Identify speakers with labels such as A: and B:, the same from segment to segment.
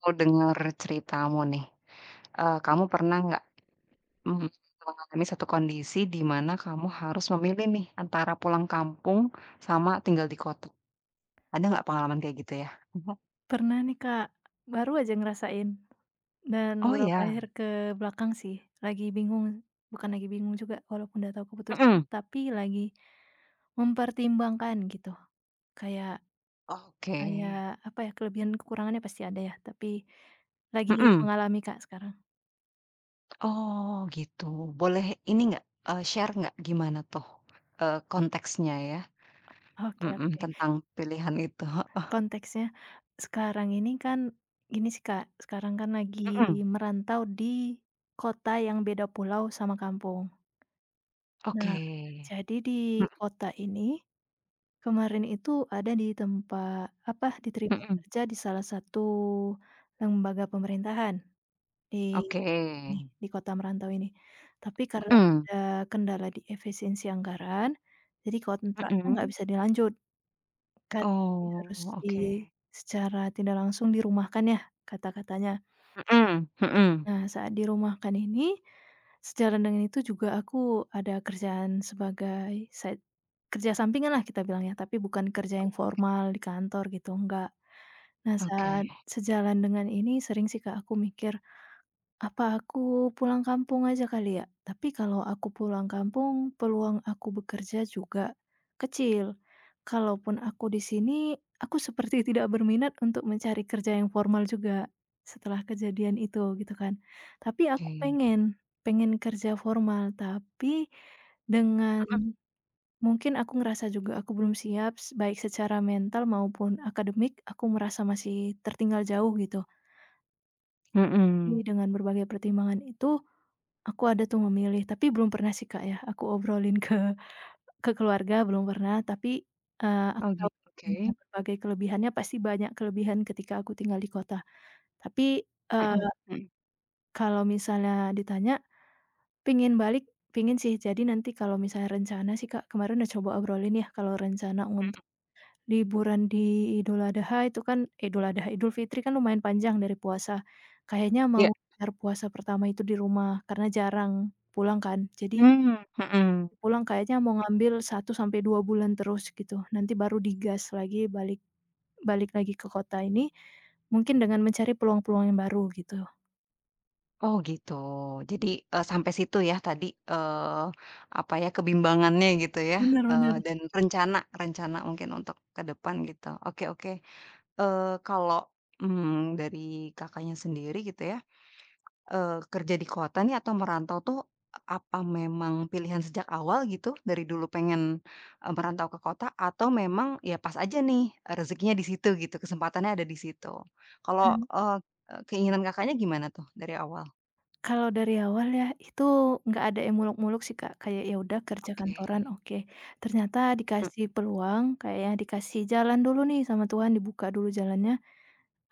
A: Aku denger ceritamu nih, kamu pernah nggak, mmm, mengalami satu kondisi di mana kamu harus memilih nih antara pulang kampung sama tinggal di kota? Ada nggak pengalaman kayak gitu ya? Mhm,
B: Pernah nih, Kak, baru aja ngerasain dan
A: oh
B: beberapa akhir
A: ya?
B: ke belakang sih lagi bingung, bukan lagi bingung juga walaupun udah tahu keputusan
A: Mhm,
B: tapi lagi mempertimbangkan gitu. Kayak
A: oke,
B: kayak apa ya, kelebihan kekurangannya pasti ada ya, tapi lagi
A: mhm,
B: mengalami, Kak, sekarang.
A: oh gitu. Boleh ini nggak, share nggak gimana tuh, konteksnya ya?
B: Oke
A: Mhm,
B: oke,
A: tentang pilihan itu, heeh,
B: konteksnya sekarang ini kan gini sih, Kak, sekarang kan lagi
A: mhm,
B: merantau di kota yang beda pulau sama kampung. Nah,
A: oke,
B: jadi di
A: mhm
B: kota ini kemarin itu ada di tempat apa, diterima
A: mhm,
B: kerja di salah satu lembaga pemerintahan di
A: oke,
B: nih, di kota merantau ini. Tapi karena
A: mhm,
B: ada kendala di efisiensi anggaran, jadi kontraknya nggak
A: mhm.
B: bisa dilanjut kan, jadi harus
A: Oh, oke.
B: secara tidak langsung dirumahkan ya kata-katanya.
A: Mhm mhm.
B: Nah, saat dirumahkan ini, sejalan dengan itu juga aku ada kerjaan sebagai kerja sampingan lah kita bilangnya, tapi bukan kerja yang formal di kantor gitu, enggak. Nah, saat
A: Oke
B: sejalan dengan ini sering sih Kak aku mikir, apa aku pulang kampung aja kali ya? Tapi kalau aku pulang kampung, peluang aku bekerja juga kecil. Kalaupun aku di sini, aku seperti tidak berminat untuk mencari kerja yang formal juga setelah kejadian itu gitu kan. Tapi aku
A: oke.
B: pengen kerja formal, tapi dengan mungkin aku ngerasa juga aku belum siap baik secara mental maupun akademik aku merasa masih tertinggal jauh gitu.
A: Mhm
B: Jadi
A: mhm.
B: dengan berbagai pertimbangan itu aku ada tuh memilih, tapi belum pernah sih, Kak, ya, aku obrolin ke keluarga belum pernah, tapi, aku
A: Oh
B: tahu
A: gitu, oke.
B: dengan berbagai kelebihannya, pasti banyak kelebihan ketika aku tinggal di kota. Tapi,
A: Mhm
B: eee,
A: mhm
B: kalau misalnya ditanya, pengen balik, pengen sih. Jadi nanti kalau misalnya rencana sih, Kak, kemarin udah coba obrolin ya, kalau rencana untuk
A: mhm.
B: liburan di Idul Adha itu kan eh, Idul Adha, Idul Fitri kan lumayan panjang dari puasa. Kayaknya
A: Iya.
B: mau ngejar puasa pertama itu di rumah, karena jarang pulang kan. Jadi
A: Mmm, mhm.
B: pulang kayaknya mau ngambil 1 sampai 2 bulan terus gitu, nanti baru digas lagi balik balik lagi ke kota ini, mungkin dengan mencari peluang-peluang yang baru gitu.
A: Oh gitu. Jadi, sampai situ ya tadi, apa ya, kebimbangannya gitu ya,
B: Bener bener.
A: dan rencana rencana mungkin untuk ke depan gitu. Oke oke. Kalau, dari Kakaknya sendiri gitu ya, kerja di kota nih atau merantau tuh, apa memang pilihan sejak awal gitu, dari dulu pengen, merantau ke kota atau memang ya pas aja nih, rezekinya di situ gitu, kesempatannya ada di situ? Kalau,
B: Mmm,
A: eee eee, keinginan Kakaknya gimana tuh dari awal?
B: Kalau dari awal ya itu nggak ada yang muluk-muluk sih Kak, kayak ya udah kerja
A: Oke,
B: kantoran oke, ternyata
A: mmm,
B: dikasih peluang kayaknya dikasih jalan dulu nih sama Tuhan, dibuka dulu jalannya,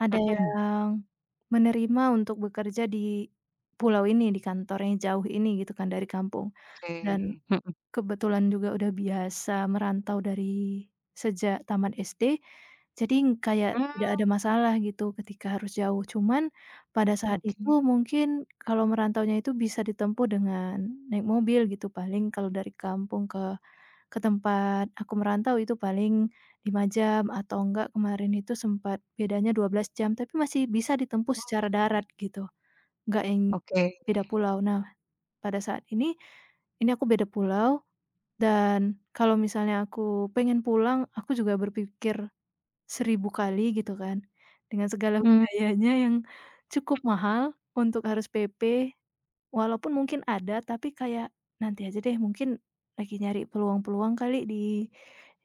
B: ada yang
A: mhm,
B: menerima untuk bekerja di pulau ini, di kantor yang jauh ini gitu kan dari kampung
A: oke,
B: dan
A: mhm,
B: kebetulan juga udah biasa merantau dari sejak taman SD, jadi kayak tidak
A: mmm,
B: ada masalah gitu ketika harus jauh. Cuman pada saat itu
A: oke.
B: mungkin kalau merantaunya itu bisa ditempuh dengan naik mobil gitu, paling kalau dari kampung ke tempat aku merantau itu paling 5 jam atau enggak kemarin itu sempat bedanya 12 jam, tapi masih bisa ditempuh
A: Oh,
B: secara
A: seru ya.
B: darat gitu, enggak yang
A: Oke,
B: beda pulau. Nah, pada saat ini aku beda pulau dan kalau misalnya aku pengen pulang, aku juga berpikir 1.000 kali gitu kan, dengan segala
A: mmm.
B: biayanya yang cukup mahal untuk harus PP, walaupun mungkin ada, tapi kayak, "Nanti aja deh, mungkin lagi nyari peluang-peluang kali di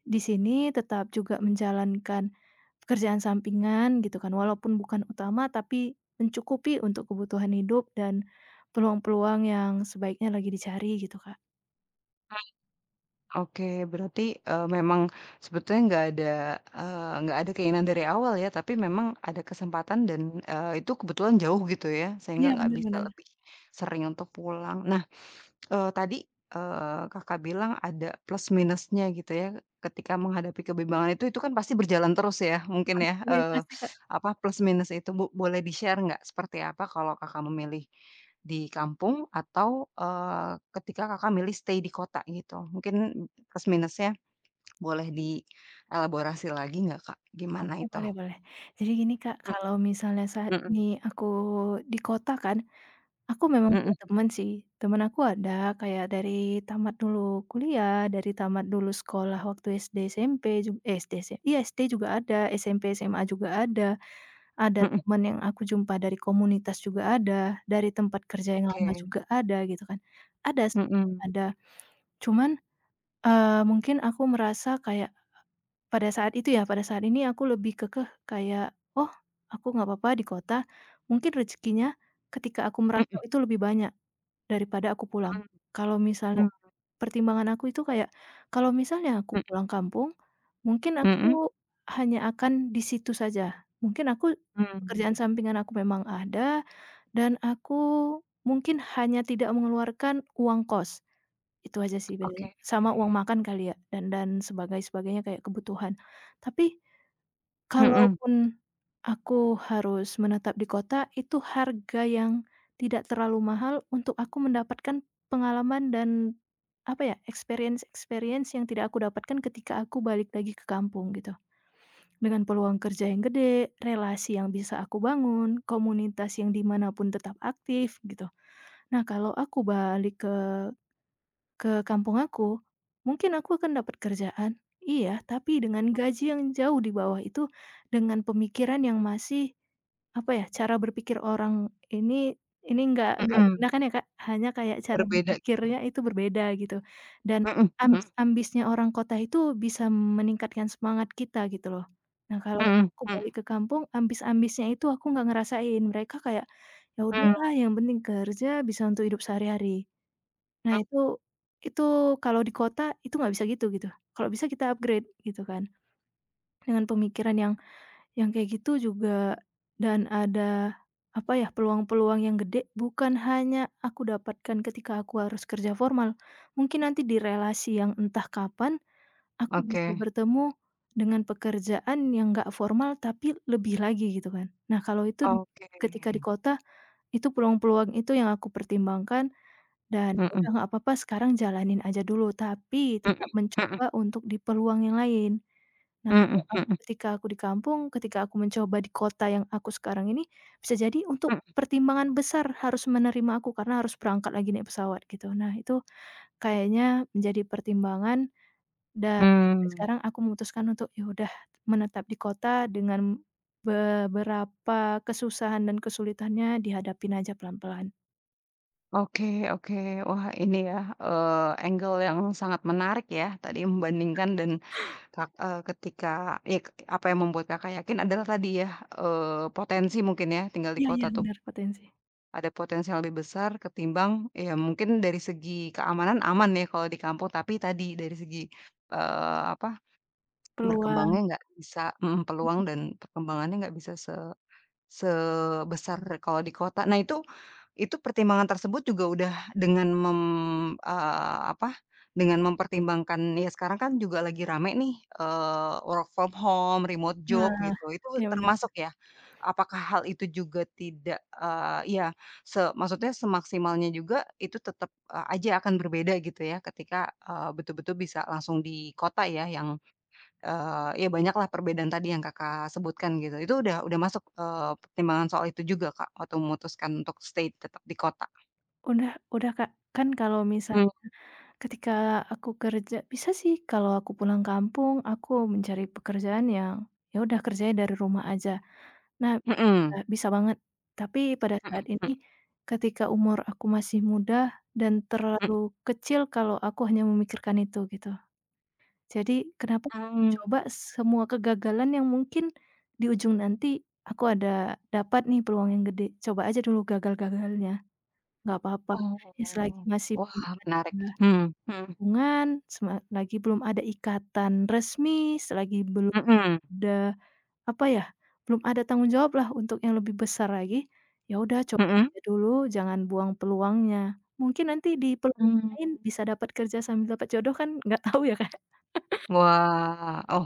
B: sini," tetap juga menjalankan pekerjaan sampingan gitu kan, walaupun bukan utama, tapi mencukupi untuk kebutuhan hidup dan peluang-peluang yang sebaiknya lagi dicari gitu, Kak.
A: Oke, berarti, memang sebetulnya nggak ada keinginan dari awal ya, tapi memang ada kesempatan dan, itu kebetulan jauh gitu ya, sehingga
B: Iya,
A: nggak
B: bener
A: bisa
B: bener.
A: lebih sering untuk pulang. Nah, tadi, Kakak bilang ada plus minusnya gitu ya, ketika menghadapi kebimbangan itu kan pasti berjalan terus ya, mungkin ya,
B: Pasti pasti, Kak.
A: apa, plus minus itu. Boleh di-share nggak seperti apa kalau Kakak memilih di kampung atau, ketika Kakak milih stay di kota gitu? Mungkin plus minusnya boleh dielaborasi lagi nggak, Kak?
B: Oke,
A: Gimana itu?
B: boleh boleh. Jadi gini, Kak,
A: Mhm
B: kalau misalnya saat
A: mhm
B: ini aku di kota kan, aku memang punya
A: mhm
B: teman sih. Temen aku ada kayak dari tamat dulu kuliah, dari tamat dulu sekolah waktu SD, SMP, SD sih, iya SD juga ada, SMP, SMA juga ada. Ada
A: mhm.
B: teman yang aku jumpa dari komunitas juga ada, dari tempat kerja yang lama
A: Oke,
B: juga ada gitu kan. Ada,
A: mhm,
B: ada. Cuman, mungkin aku merasa kayak pada saat itu ya, pada saat ini aku lebih kekeh kayak, "Oh, aku nggak apa-apa di kota." Mungkin rezekinya ketika aku merantau
A: mhm
B: itu lebih banyak daripada aku pulang.
A: mhm,
B: Kalau misalnya
A: mmm,
B: pertimbangan aku itu kayak, kalau misalnya aku
A: mhm
B: pulang kampung, mungkin
A: mhm,
B: aku hanya akan di situ saja. Mungkin aku pekerjaan
A: mmm,
B: sampingan aku memang ada dan aku mungkin hanya tidak mengeluarkan uang kos, itu aja sih bedanya.
A: oke,
B: Sama uang makan kali ya dan sebagainya kayak kebutuhan. Tapi
A: mhm
B: kalaupun aku harus menetap di kota, itu harga yang tidak terlalu mahal untuk aku mendapatkan pengalaman dan, apa ya, experience-experience yang tidak aku dapatkan ketika aku balik lagi ke kampung, gitu. Dengan peluang kerja yang gede, relasi yang bisa aku bangun, komunitas yang di mana pun tetap aktif, gitu. Nah, kalau aku balik ke kampung aku? Mungkin aku akan dapat kerjaan, iya, tapi dengan gaji yang jauh di bawah itu, dengan pemikiran yang masih, apa ya, cara berpikir orang ini nggak
A: mhm,
B: merendahkan ya, Kak, hanya kayak cara
A: berbeda gitu,
B: berpikirnya itu berbeda gitu, dan
A: mhm mhm
B: ambis-ambisnya orang kota itu bisa meningkatkan semangat kita gitu loh. Nah, kalau
A: mhm
B: aku
A: mhm
B: balik ke kampung, ambis-ambisnya itu aku nggak ngerasain, mereka kayak, "Ya
A: mhm,
B: udahlah yang penting kerja bisa untuk hidup sehari-hari." Nah itu kalau di kota itu nggak bisa gitu, gitu. Kalau bisa kita upgrade gitu kan, dengan pemikiran yang kayak gitu juga dan ada, apa ya, peluang-peluang yang gede bukan hanya aku dapatkan ketika aku harus kerja formal, mungkin nanti di relasi yang entah kapan aku
A: oke
B: bisa bertemu dengan pekerjaan yang nggak formal tapi lebih lagi gitu kan. Nah kalau itu
A: oke,
B: ketika di kota, itu peluang-peluang itu yang aku pertimbangkan dan ya udah
A: mhm
B: nggak apa-apa sekarang jalanin aja dulu, tapi
A: mhm
B: tetap
A: mhm
B: mencoba untuk di peluang yang lain. Nah, kalau
A: mhm
B: aku
A: mhm
B: ketika aku di kampung, ketika aku mencoba di kota yang aku sekarang ini, bisa jadi untuk
A: mhm,
B: pertimbangan besar harus menerima aku karena harus berangkat lagi naik pesawat gitu. Nah, itu kayaknya menjadi pertimbangan dan sampai
A: mmm,
B: sekarang aku memutuskan untuk ya udah menetap di kota dengan beberapa kesusahan dan kesulitannya dihadapin aja pelan-pelan.
A: oke oke. Wah ini ya, angle yang sangat menarik ya, tadi membandingkan dan Kak, ketika ya k apa yang membuat Kakak yakin adalah tadi ya, potensi mungkin ya tinggal di
B: Iya
A: kota
B: iya
A: tuh
B: benar potensi.
A: ada potensi yang lebih besar ketimbang ya mungkin dari segi keamanan aman ya kalau di kampung, tapi tadi dari segi, apa,
B: Peluang.
A: berkembangnya nggak bisa peluang dan perkembangannya nggak bisa sebesar kalau di kota. Nah itu pertimbangan tersebut juga udah dengan apa, dengan mempertimbangkan ya sekarang kan juga lagi rame nih, work from home, remote job
B: Nah,
A: gitu, itu
B: iya bener.
A: termasuk ya? Apakah hal itu juga tidak ya maksudnya semaksimalnya juga itu tetap, aja akan berbeda gitu ya ketika, betul-betul bisa langsung di kota ya yang. Ya banyaklah perbedaan tadi yang Kakak sebutkan gitu. Itu udah masuk, pertimbangan soal itu juga, Kak, waktu memutuskan untuk stay tetap di kota?
B: Udah udah, Kak. Kan kalau misal
A: Mmm.
B: ketika aku kerja bisa sih kalau aku pulang kampung, aku mencari pekerjaan yang, ya udah kerjanya dari rumah aja. Nah,
A: Mhm,
B: bisa banget. Tapi pada saat
A: mhm
B: ini,
A: mhm
B: ketika umur aku masih muda dan terlalu
A: mhm.
B: kecil kalau aku hanya memikirkan itu, gitu. Jadi kenapa
A: Mmm,
B: coba semua kegagalan yang mungkin di ujung nanti aku ada dapat nih peluang yang gede, coba aja dulu gagal-gagalnya. Nggak apa-apa, ya selagi
A: oh,
B: masih
A: wah
B: belum ada
A: menarik. Mhm mhm
B: hubungan, selagi belum ada ikatan resmi, selagi belum
A: mhm
B: ada, apa ya, belum ada tanggung jawablah untuk yang lebih besar lagi, ya udah coba
A: mhm.
B: aja dulu, jangan buang peluangnya. Mungkin nanti di peluang lain
A: Mmm.
B: bisa dapat kerja sambil dapat jodoh kan nggak tahu ya, Kak.
A: Wah, oh.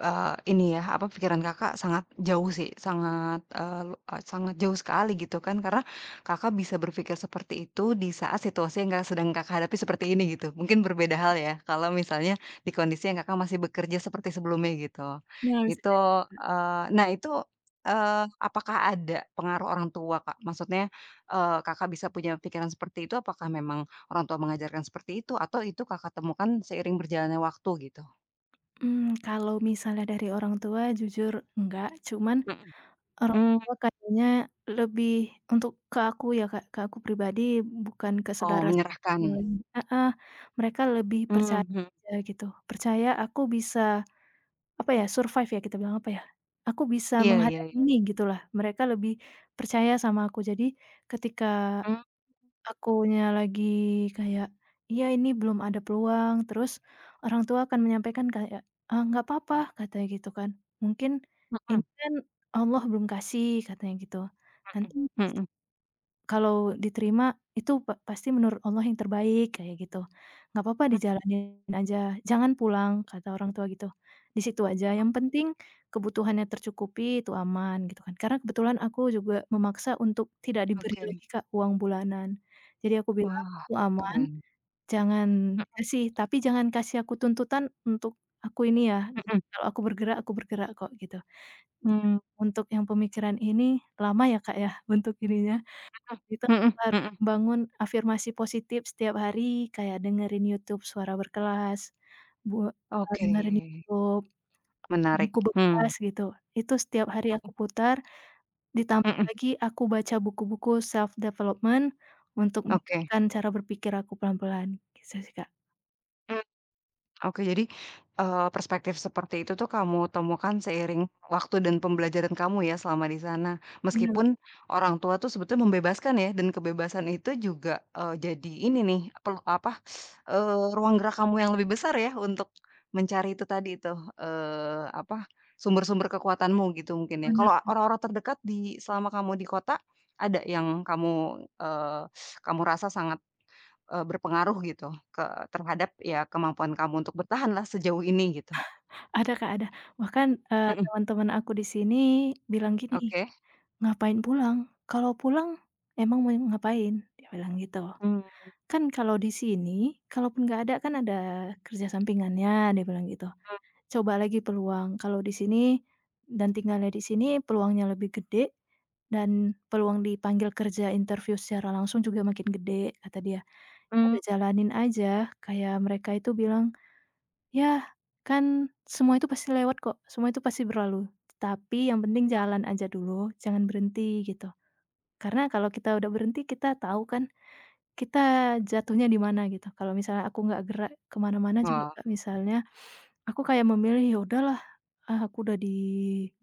A: Ini ya, apa, pikiran Kakak sangat jauh sih, sangat, sangat jauh sekali gitu kan, karena Kakak bisa berpikir seperti itu di saat situasi yang nggak sedang Kakak hadapi seperti ini gitu. Mungkin berbeda hal ya, kalau misalnya di kondisi yang Kakak masih bekerja seperti sebelumnya gitu.
B: Nah, bisa
A: Itu,
B: jadi.
A: nah itu, apakah ada pengaruh orang tua, Kak? Maksudnya, Kakak bisa punya pikiran seperti itu, apakah memang orang tua mengajarkan seperti itu, atau itu Kakak temukan seiring berjalannya waktu gitu?
B: Kalau misalnya dari orang tua jujur enggak, cuman
A: Mhm.
B: orang
A: Mmm.
B: tua kayaknya lebih untuk ke aku ya, Kak, ke aku pribadi bukan ke
A: Oh,
B: saudara
A: menyerahkan.
B: satu lagi. Heeh, mereka lebih percaya
A: Mmm, mhm.
B: aja gitu, percaya aku bisa, apa ya, survive ya kita bilang, apa ya, aku bisa
A: Iya iya
B: menghadapi
A: iya.
B: ini gitulah, mereka lebih percaya sama aku. Jadi ketika
A: Mmm,
B: akunya lagi kayak, "Iya ini belum ada peluang," terus orang tua akan menyampaikan kayak, "ah nggak apa-apa," katanya gitu kan, "mungkin ini
A: mhm
B: kan Allah belum kasih," katanya gitu, "nanti
A: mhm, mhm,
B: kalau diterima, itu pasti menurut Allah yang terbaik," kayak gitu. Nggak apa-apa
A: mmm.
B: dijalanin aja, jangan pulang, kata orang tua gitu. Di situ aja, yang penting kebutuhannya tercukupi, itu aman, gitu kan. Karena kebetulan aku juga memaksa untuk tidak diberi
A: Oke.
B: lagi Kak, uang bulanan. Jadi aku bilang,
A: Wah,
B: "Aku aman,
A: keren.
B: jangan
A: Mhm
B: kasih, tapi jangan kasih aku tuntutan untuk aku ini ya,
A: mhm,
B: kalau aku bergerak kok," gitu.
A: mmm,
B: Untuk yang pemikiran ini, lama ya Kak ya, untuk ininya. Itu
A: mhm
B: aku
A: mhm
B: harus
A: mhm.
B: membangun afirmasi positif setiap hari, kayak dengerin YouTube Suara Berkelas, bu
A: Oke,
B: dengerin YouTube
A: menarik.
B: Buku
A: Mmm,
B: Bekas gitu. Itu setiap hari aku putar,
A: mhm
B: ditambah
A: mhm.
B: lagi aku baca buku-buku self development untuk
A: Oke.
B: meningkatkan cara berpikir aku pelan-pelan, gitu sih, Kak.
A: Oke, jadi, perspektif seperti itu tuh kamu temukan seiring waktu dan pembelajaran kamu ya selama di sana.
B: Bener
A: Meskipun orang tua tuh sebetulnya membebaskan ya dan kebebasan itu juga, jadi ini nih, perlu apa, ruang gerak kamu yang lebih besar ya untuk mencari itu tadi itu apa, sumber-sumber kekuatanmu gitu mungkin ya. Kalau
B: bener,
A: orang-orang terdekat di selama kamu di kota, ada yang kamu rasa sangat berpengaruh gitu ke terhadap ya kemampuan kamu untuk bertahanlah sejauh ini gitu?
B: ada Kak, ada. Bahkan,
A: Mhm,
B: teman-teman aku di sini bilang gini,
A: oke.
B: "Ngapain pulang? Kalau pulang emang mau ngapain?" Dia bilang gitu.
A: Mmm,
B: Kan kalau di sini, kalaupun nggak ada kan ada kerja sampingannya, dia bilang gitu. Coba lagi peluang, kalau di sini dan tinggalnya di sini peluangnya lebih gede dan peluang dipanggil kerja interview secara langsung juga makin gede, kata dia. Ya
A: mhm.
B: udah jalanin aja, kayak mereka itu bilang, "Ya, kan semua itu pasti lewat kok, semua itu pasti berlalu, tapi yang penting jalan aja dulu, jangan berhenti," gitu. Karena kalau kita udah berhenti, kita tahu kan kita jatuhnya di mana gitu, kalau misalnya aku nggak gerak kemana mana juga,
A: Wah,
B: Kak, misalnya, aku kayak memilih, "Ya udah lah Ah, aku udah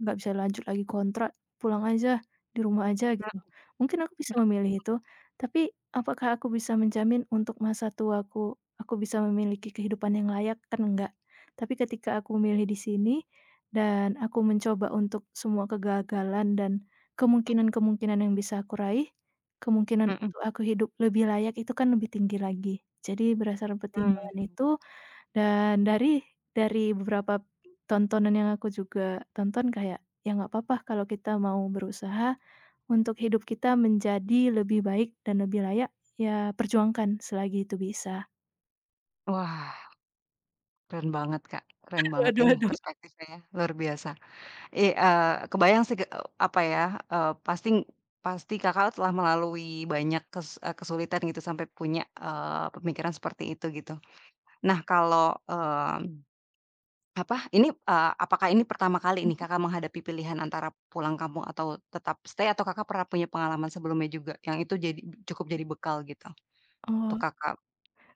B: nggak bisa lanjut lagi kontrak, pulang aja, di rumah aja gitu."
A: mhm
B: Mungkin aku bisa memilih itu, tapi apakah aku bisa menjamin untuk masa tuaku, aku bisa memiliki kehidupan yang layak? Kan enggak. Tapi ketika aku memilih di sini, dan aku mencoba untuk semua kegagalan dan kemungkinan-kemungkinan yang bisa aku raih, kemungkinan
A: mhm
B: untuk aku hidup lebih layak itu kan lebih tinggi lagi. Jadi berdasarkan pertimbangan
A: mhm.
B: itu dan dari beberapa tontonan yang aku juga tonton kayak, ya nggak apa-apa kalau kita mau berusaha untuk hidup kita menjadi lebih baik dan lebih layak, ya perjuangkan selagi itu bisa.
A: Wah, keren banget, Kak, keren banget
B: Aduh
A: ini
B: aduh aduh.
A: perspektifnya ya, luar biasa. Kebayang sih, apa ya, pasti pasti Kakak telah melalui banyak kesulitan gitu sampai punya, pemikiran seperti itu gitu. Nah kalau, mmm Apa? Ini, apakah ini pertama kali nih
B: Mhm.
A: Kakak menghadapi pilihan antara pulang kampung atau tetap stay atau Kakak pernah punya pengalaman sebelumnya juga yang itu jadi cukup jadi bekal gitu
B: Oh,
A: untuk Kakak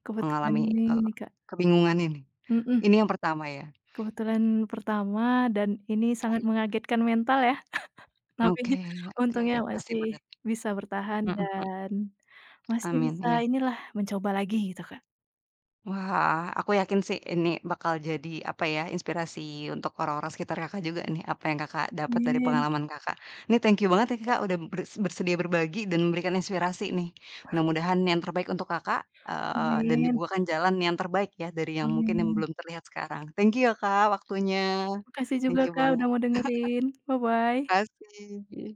B: kebetulan
A: mengalami,
B: ini ini, Kak,
A: kebingungan ini?
B: mhm,
A: Ini yang pertama ya?
B: kebetulan pertama dan ini sangat mengagetkan mental ya,
A: Mhm,
B: tapi
A: oke oke,
B: untungnya
A: pasti
B: masih
A: berat.
B: bisa bertahan
A: Mhm mhm,
B: dan masih
A: amin,
B: bisa
A: iya.
B: inilah mencoba lagi gitu, Kak.
A: Wah, aku yakin sih ini bakal jadi, apa ya, inspirasi untuk orang-orang sekitar Kakak juga nih, apa yang Kakak dapat dari
B: Amin.
A: pengalaman Kakak. Ini thank you banget ya
B: Mas
A: Kakak udah bersedia berbagi dan memberikan inspirasi nih. Mudah-mudahan yang terbaik untuk Kakak, dan
B: amin.
A: dibukakan jalan yang terbaik ya dari yang mungkin yang
B: Amin.
A: belum terlihat sekarang. Thank you ya Kak waktunya.
B: Makasih juga
A: Thank you
B: Kak,
A: banget.
B: udah mau dengerin. Bye-bye.
A: Terima kasih.